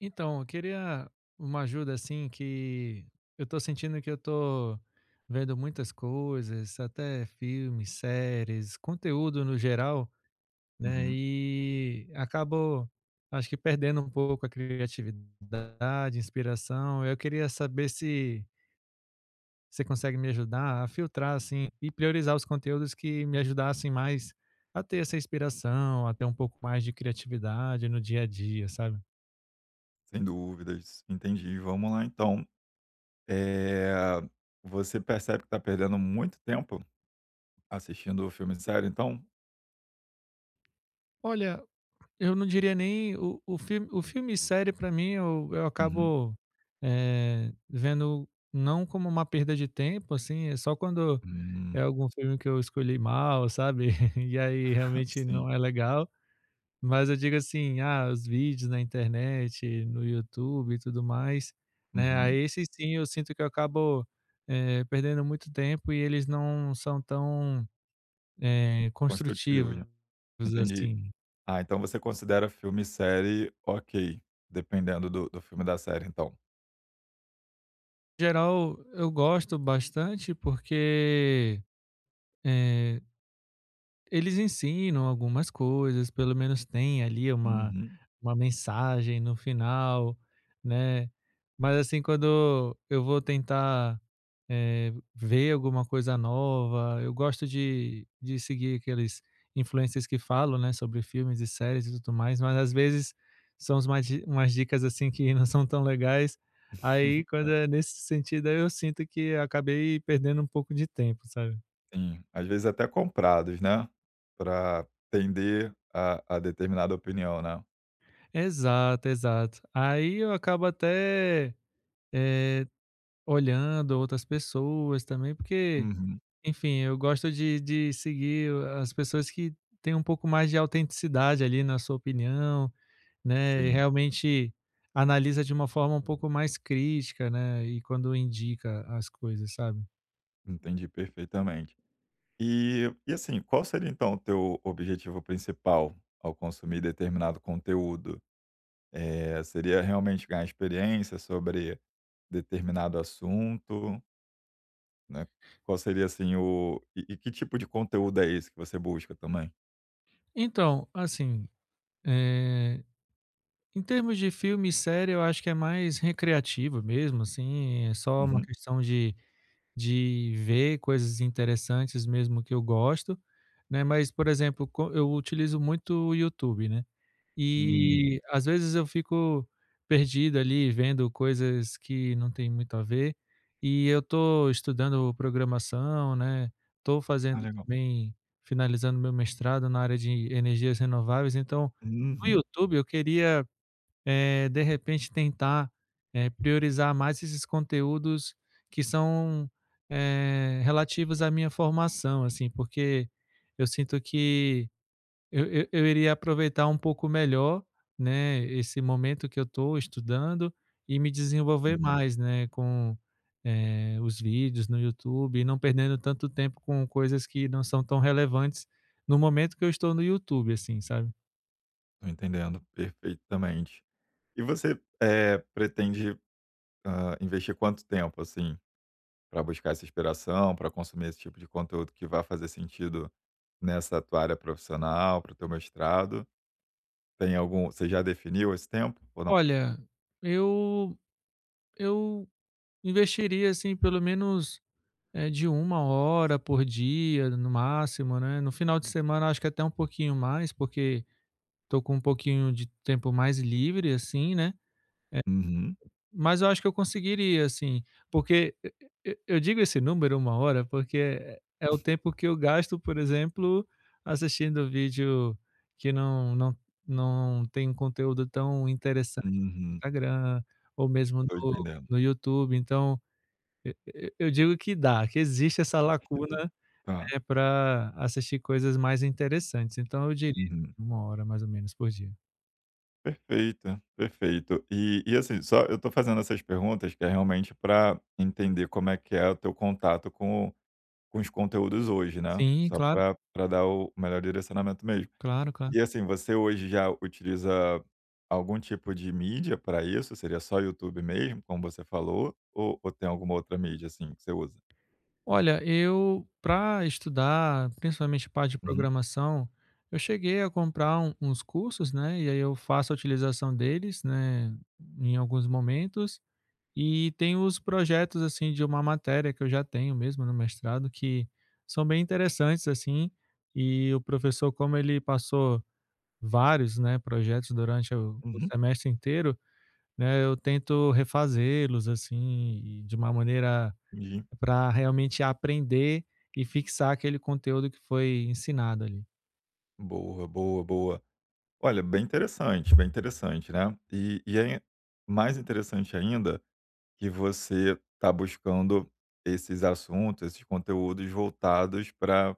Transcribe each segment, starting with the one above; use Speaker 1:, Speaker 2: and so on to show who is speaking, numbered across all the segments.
Speaker 1: Então, eu queria uma ajuda assim que eu tô sentindo que eu tô vendo muitas coisas, até filmes, séries, conteúdo no geral, né?
Speaker 2: Uhum,
Speaker 1: E acabo, acho que perdendo um pouco a criatividade, inspiração. Eu queria saber se você consegue me ajudar a filtrar assim e priorizar os conteúdos que me ajudassem mais a ter essa inspiração, a ter um pouco mais de criatividade no dia a dia, sabe?
Speaker 2: sem dúvidas, entendi. Vamos lá então. Eh, Você percebe que está perdendo muito tempo assistindo filme e série então?
Speaker 1: Olha, eu não diria nem o filme. O filme e série para mim eu
Speaker 2: Uhum,
Speaker 1: acabo vendo não como uma perda de tempo, assim. É só quando é
Speaker 2: hum,
Speaker 1: algum filme que eu escolhi mal, sabe, e aí realmente
Speaker 2: sim,
Speaker 1: não é legal, mas eu digo assim: "Ah, os vídeos na internet, no YouTube e tudo mais", né,
Speaker 2: uhum,
Speaker 1: aí esses sim eu sinto que eu acabo, perdendo muito tempo e eles não são tão
Speaker 2: construtivo,
Speaker 1: construtivos
Speaker 2: né, entendi.
Speaker 1: assim.
Speaker 2: Ah, então você considera filme e série ok, dependendo do filme e da série então?
Speaker 1: Geral, eu gosto bastante porque eh eles ensinam algumas coisas, pelo menos tem ali uma
Speaker 2: Uhum.
Speaker 1: mensagem no final, né. Mas, assim, quando eu vou tentar, ver alguma coisa nova, eu gosto de seguir aqueles influencers que falam, né, sobre filmes e séries e tudo mais, mas às vezes são umas dicas, assim, que não são tão legais. Aí, quando
Speaker 2: É,
Speaker 1: é nesse sentido, aí eu sinto que acabei perdendo um pouco de tempo, sabe?
Speaker 2: sim, às vezes até comprados, né, para tender a determinada opinião, né.
Speaker 1: Exato, exato. Aí eu acabo até, eh, olhando outras pessoas também, porque,
Speaker 2: Uhum,
Speaker 1: enfim, eu gosto de seguir as pessoas que têm um pouco mais de autenticidade ali na sua opinião, né, e
Speaker 2: sim,
Speaker 1: realmente analisa de uma forma um pouco mais crítica, né, e quando indica as coisas, sabe.
Speaker 2: entendi perfeitamente. E assim, qual seria então o teu objetivo principal ao consumir determinado conteúdo? Seria realmente ganhar experiência sobre determinado assunto, né? Qual seria assim o e que tipo de conteúdo é esse que você busca também?
Speaker 1: Então, assim, eh, em termos de filme e série, eu acho que é mais recreativo mesmo, assim, é só uma
Speaker 2: Uhum.
Speaker 1: questão de ver coisas interessantes mesmo que eu gosto, né, mas, por exemplo, co eu utilizo muito o YouTube, né,
Speaker 2: Uhum.
Speaker 1: e às vezes eu fico perdido ali vendo coisas que não tem muito a ver, e eu tô estudando programação, né, tô
Speaker 2: Ah,
Speaker 1: fazendo
Speaker 2: legal.
Speaker 1: também finalizando meu mestrado na área de energias renováveis. Então, no
Speaker 2: Uhum,
Speaker 1: YouTube eu queria, de repente tentar, priorizar mais esses conteúdos que são relativos à minha formação, assim, porque eu sinto que eu iria aproveitar um pouco melhor, né, esse momento que eu estou estudando e me desenvolver
Speaker 2: uhum.
Speaker 1: mais, né, com, os vídeos no YouTube e não perdendo tanto tempo com coisas que não são tão relevantes no momento que eu estou no YouTube, assim, sabe.
Speaker 2: Tô entendendo perfeitamente. E você, pretende, investir quanto tempo, assim, para buscar essa inspiração, para consumir esse tipo de conteúdo que vá fazer sentido nessa tua área profissional, para o teu mestrado, tem algum você já definiu esse tempo ou não?
Speaker 1: Olha, eu eu investiria, assim, pelo menos, de uma hora por dia, no máximo, né. No final de semana, acho que até um pouquinho mais, porque tô com um pouquinho de tempo mais livre, assim, né.
Speaker 2: Uhum,
Speaker 1: Mas eu acho que eu conseguiria, assim, porque eu digo esse número, uma hora, porque é o tempo que eu gasto, por exemplo, assistindo vídeo que não tem um conteúdo tão interessante no
Speaker 2: uhum,
Speaker 1: Instagram, ou mesmo
Speaker 2: tô
Speaker 1: no
Speaker 2: entendendo.
Speaker 1: YouTube. Então, eu digo que dá, que existe essa lacuna,
Speaker 2: Tá,
Speaker 1: pra assistir coisas mais interessantes, então eu diria
Speaker 2: uhum.
Speaker 1: uma hora mais ou menos por dia.
Speaker 2: Perfeito, perfeito. E assim, só eu tô fazendo essas perguntas que é realmente para entender como é que é o teu contato com os conteúdos hoje, né,
Speaker 1: Sim,
Speaker 2: só
Speaker 1: claro,
Speaker 2: para pra dar o melhor direcionamento mesmo.
Speaker 1: claro, claro.
Speaker 2: E assim, você hoje já utiliza algum tipo de mídia para isso? Seria só YouTube mesmo, como você falou? Ou tem alguma outra mídia, assim, que você usa?
Speaker 1: Olha, eu para estudar, principalmente parte de
Speaker 2: Uhum,
Speaker 1: programação, eu cheguei a comprar uns cursos, né, e aí eu faço a utilização deles, né, em alguns momentos. E tem os projetos, assim, de uma matéria que eu já tenho mesmo no mestrado, que são bem interessantes, assim, e o professor, como ele passou vários, né, projetos durante o
Speaker 2: uhum,
Speaker 1: semestre inteiro, né, eu tento refazê-los, assim, e de uma maneira
Speaker 2: entendi.
Speaker 1: para realmente aprender e fixar aquele conteúdo que foi ensinado ali.
Speaker 2: Boa, boa, boa. Olha, bem interessante, né. E é mais interessante ainda que você está buscando esses assuntos, esses conteúdos voltados pra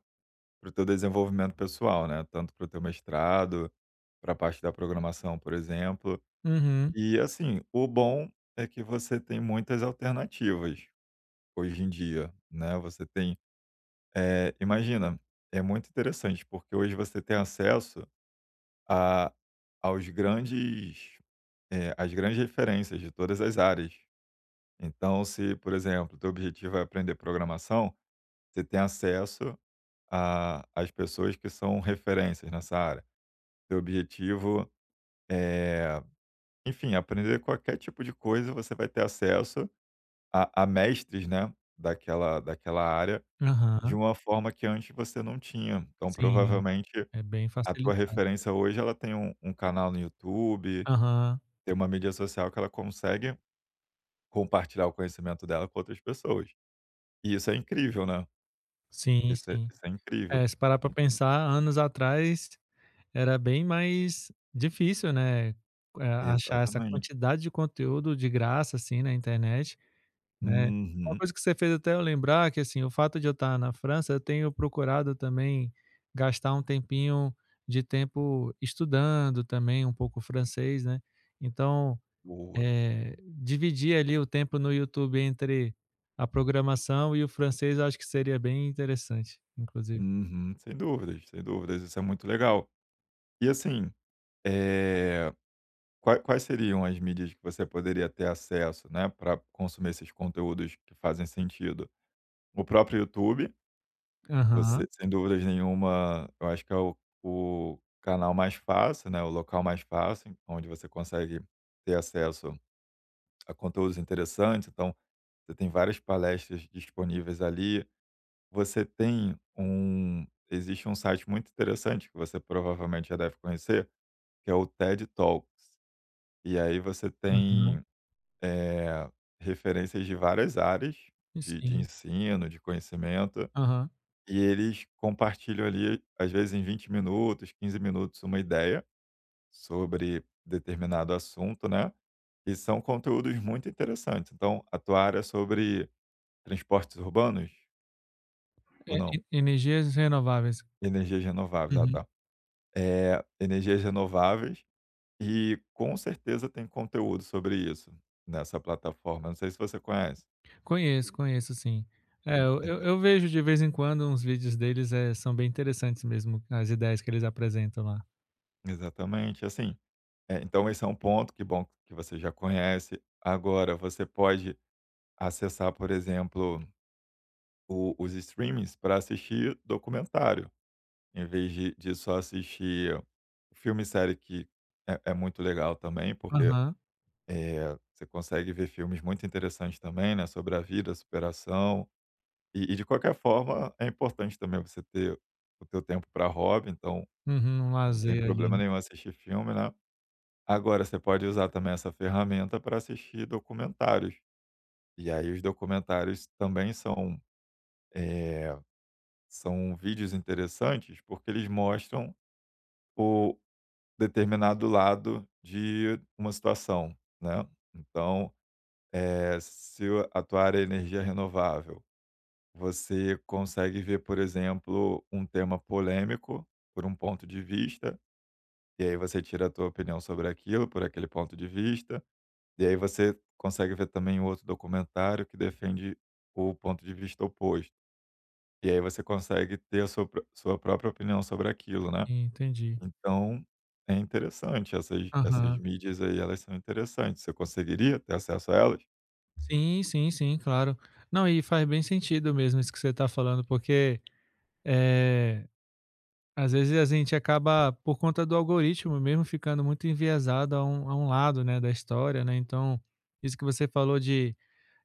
Speaker 2: para o teu desenvolvimento pessoal, né, tanto para o teu mestrado, para a parte da programação, por exemplo.
Speaker 1: Uhum.
Speaker 2: E assim, o bom é que você tem muitas alternativas hoje em dia, né? Você tem, imagina, é muito interessante porque hoje você tem acesso a, aos grandes, às grandes referências de todas as áreas. Então, se, por exemplo, teu objetivo é aprender programação, você tem acesso a, às pessoas que são referências nessa área. Teu objetivo é, enfim, aprender qualquer tipo de coisa, você vai ter acesso a mestres, né, daquela área, de
Speaker 1: Aham.
Speaker 2: uma forma que antes você não tinha. Então,
Speaker 1: Sim,
Speaker 2: provavelmente,
Speaker 1: é bem
Speaker 2: a tua
Speaker 1: facilitado.
Speaker 2: referência hoje, ela tem um canal no YouTube,
Speaker 1: Aham.
Speaker 2: tem uma mídia social que ela consegue compartilhar o conhecimento dela com outras pessoas. E isso é incrível, né.
Speaker 1: Sim,
Speaker 2: Isso é
Speaker 1: sim.
Speaker 2: isso é incrível.
Speaker 1: É, se parar para pensar, anos atrás era bem mais difícil, né, achar essa
Speaker 2: Exatamente.
Speaker 1: quantidade de conteúdo de graça, assim, na internet, né. Uma
Speaker 2: Uhum.
Speaker 1: coisa que você fez até eu lembrar é que, assim, o fato de eu estar na França, eu tenho procurado também gastar um tempinho de tempo estudando também um pouco francês, né. Então,
Speaker 2: Boa.
Speaker 1: dividir ali o tempo no YouTube entre a programação e o francês, eu acho que seria bem interessante, inclusive.
Speaker 2: Uhum. Sem dúvidas, sem dúvidas, isso é muito legal. E assim, eh qua quais seriam as mídias que você poderia ter acesso, né, para consumir esses conteúdos que fazem sentido? O próprio YouTube,
Speaker 1: Aham,
Speaker 2: você sem dúvidas nenhuma, eu acho que é o canal mais fácil, né, o local mais fácil, onde você consegue ter acesso a conteúdos interessantes, então, você tem várias palestras disponíveis ali. Você tem um Existe um site muito interessante que você provavelmente já deve conhecer, que é o TED Talks. E aí você
Speaker 1: aham.
Speaker 2: tem eh, referências de várias áreas
Speaker 1: E
Speaker 2: de
Speaker 1: sim.
Speaker 2: ensino, de conhecimento,
Speaker 1: Aham.
Speaker 2: e eles compartilham ali, às vezes em 20 minutos, 15 minutos, uma ideia sobre determinado assunto, né, e são conteúdos muito interessantes. Então, a tua área é sobre transportes urbanos ou
Speaker 1: É,
Speaker 2: não?
Speaker 1: e energias renováveis.
Speaker 2: Energias renováveis, ah,
Speaker 1: Uhum.
Speaker 2: tá. Energias renováveis e com certeza tem conteúdo sobre isso nessa plataforma, não sei se você conhece.
Speaker 1: Conheço, conheço sim. É, eu vejo de vez em quando uns vídeos deles, são bem interessantes mesmo, as ideias que eles apresentam lá.
Speaker 2: Exatamente, assim, então esse é um ponto, que bom que você já conhece. Agora você pode acessar, por exemplo, o os streamings para assistir documentário, em vez de só assistir filme e série que é muito legal também, porque,
Speaker 1: Aham.
Speaker 2: você consegue ver filmes muito interessantes também, né, sobre a vida, a superação e de qualquer forma é importante também você ter o teu tempo para hobby, então
Speaker 1: Uhum, um
Speaker 2: não tem
Speaker 1: lazer
Speaker 2: problema
Speaker 1: ali.
Speaker 2: nenhum assistir filme, né. Agora você pode usar também essa ferramenta para assistir documentários. E aí os documentários também são, eh, são vídeos interessantes porque eles mostram o determinado lado de uma situação, né. Então, eh, se o- a tua área é energia renovável, você consegue ver, por exemplo, um tema polêmico por um ponto de vista, e aí você tira a tua opinião sobre aquilo, por aquele ponto de vista. E aí você consegue ver também um outro documentário que defende o ponto de vista oposto. E aí você consegue ter a sua própria opinião sobre aquilo, né?
Speaker 1: Entendi.
Speaker 2: Então, é interessante. Essas, essas
Speaker 1: Aham.
Speaker 2: mídias aí, elas são interessantes. Você conseguiria ter acesso a elas?
Speaker 1: Sim, sim, sim, claro. Não, e faz bem sentido mesmo isso que você está falando, porque, eh às vezes a gente acaba, por conta do algoritmo mesmo, ficando muito enviesado a um lado, né, da história, né. Então, isso que você falou de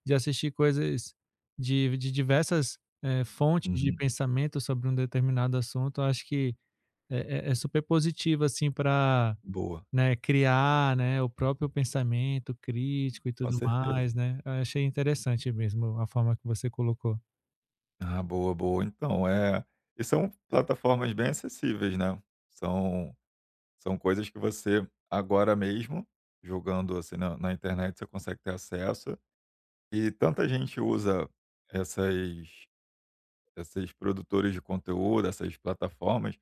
Speaker 1: assistir coisas de diversas, fontes de
Speaker 2: Uhum.
Speaker 1: pensamento sobre um determinado assunto, eu acho que é super positivo, assim. Para,
Speaker 2: Boa,
Speaker 1: né, criar, né, o próprio pensamento crítico e
Speaker 2: com
Speaker 1: tudo
Speaker 2: certeza.
Speaker 1: mais, né. Eu achei interessante mesmo a forma que você colocou.
Speaker 2: Ah, boa, boa. Então, é. E são plataformas bem acessíveis, né? São, são coisas que você, agora mesmo, jogando assim na, na internet, você consegue ter acesso. E tanta gente usa essas esses produtores de conteúdo, essas plataformas,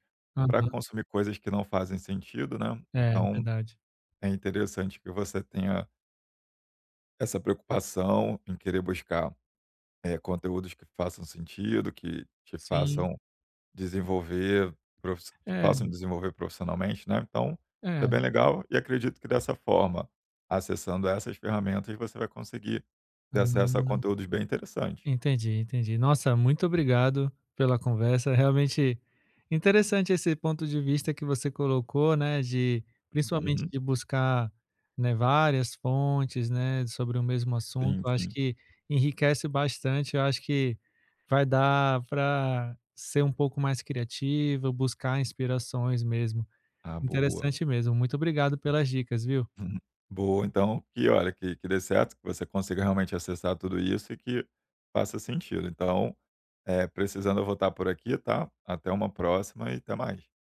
Speaker 2: para
Speaker 1: Aham.
Speaker 2: consumir coisas que não fazem sentido, né.
Speaker 1: É,
Speaker 2: Então
Speaker 1: verdade.
Speaker 2: é interessante que você tenha essa preocupação em querer buscar, conteúdos que façam sentido, que
Speaker 1: Sim.
Speaker 2: desenvolver te
Speaker 1: É,
Speaker 2: façam desenvolver profissionalmente, né. Então, isso é
Speaker 1: é.
Speaker 2: bem legal e acredito que dessa forma, acessando essas ferramentas, você vai conseguir ter acesso a
Speaker 1: Hum.
Speaker 2: conteúdos bem interessantes.
Speaker 1: Entendi, entendi. Nossa, muito obrigado pela conversa. Realmente interessante esse ponto de vista que você colocou, né, de principalmente
Speaker 2: Uhum.
Speaker 1: de buscar, né, várias fontes, né, sobre o mesmo assunto.
Speaker 2: Sim,
Speaker 1: Eu acho
Speaker 2: sim.
Speaker 1: que enriquece bastante. Eu acho que vai dar para ser um pouco mais criativo, buscar inspirações mesmo.
Speaker 2: Ah, boa.
Speaker 1: Interessante mesmo. Muito obrigado pelas dicas, viu?
Speaker 2: Uhum. Boa, então que olha, que dê certo, que você consiga realmente acessar tudo isso e que faça sentido. Então, é precisando eu vou estar por aqui, tá? Até uma próxima e até mais.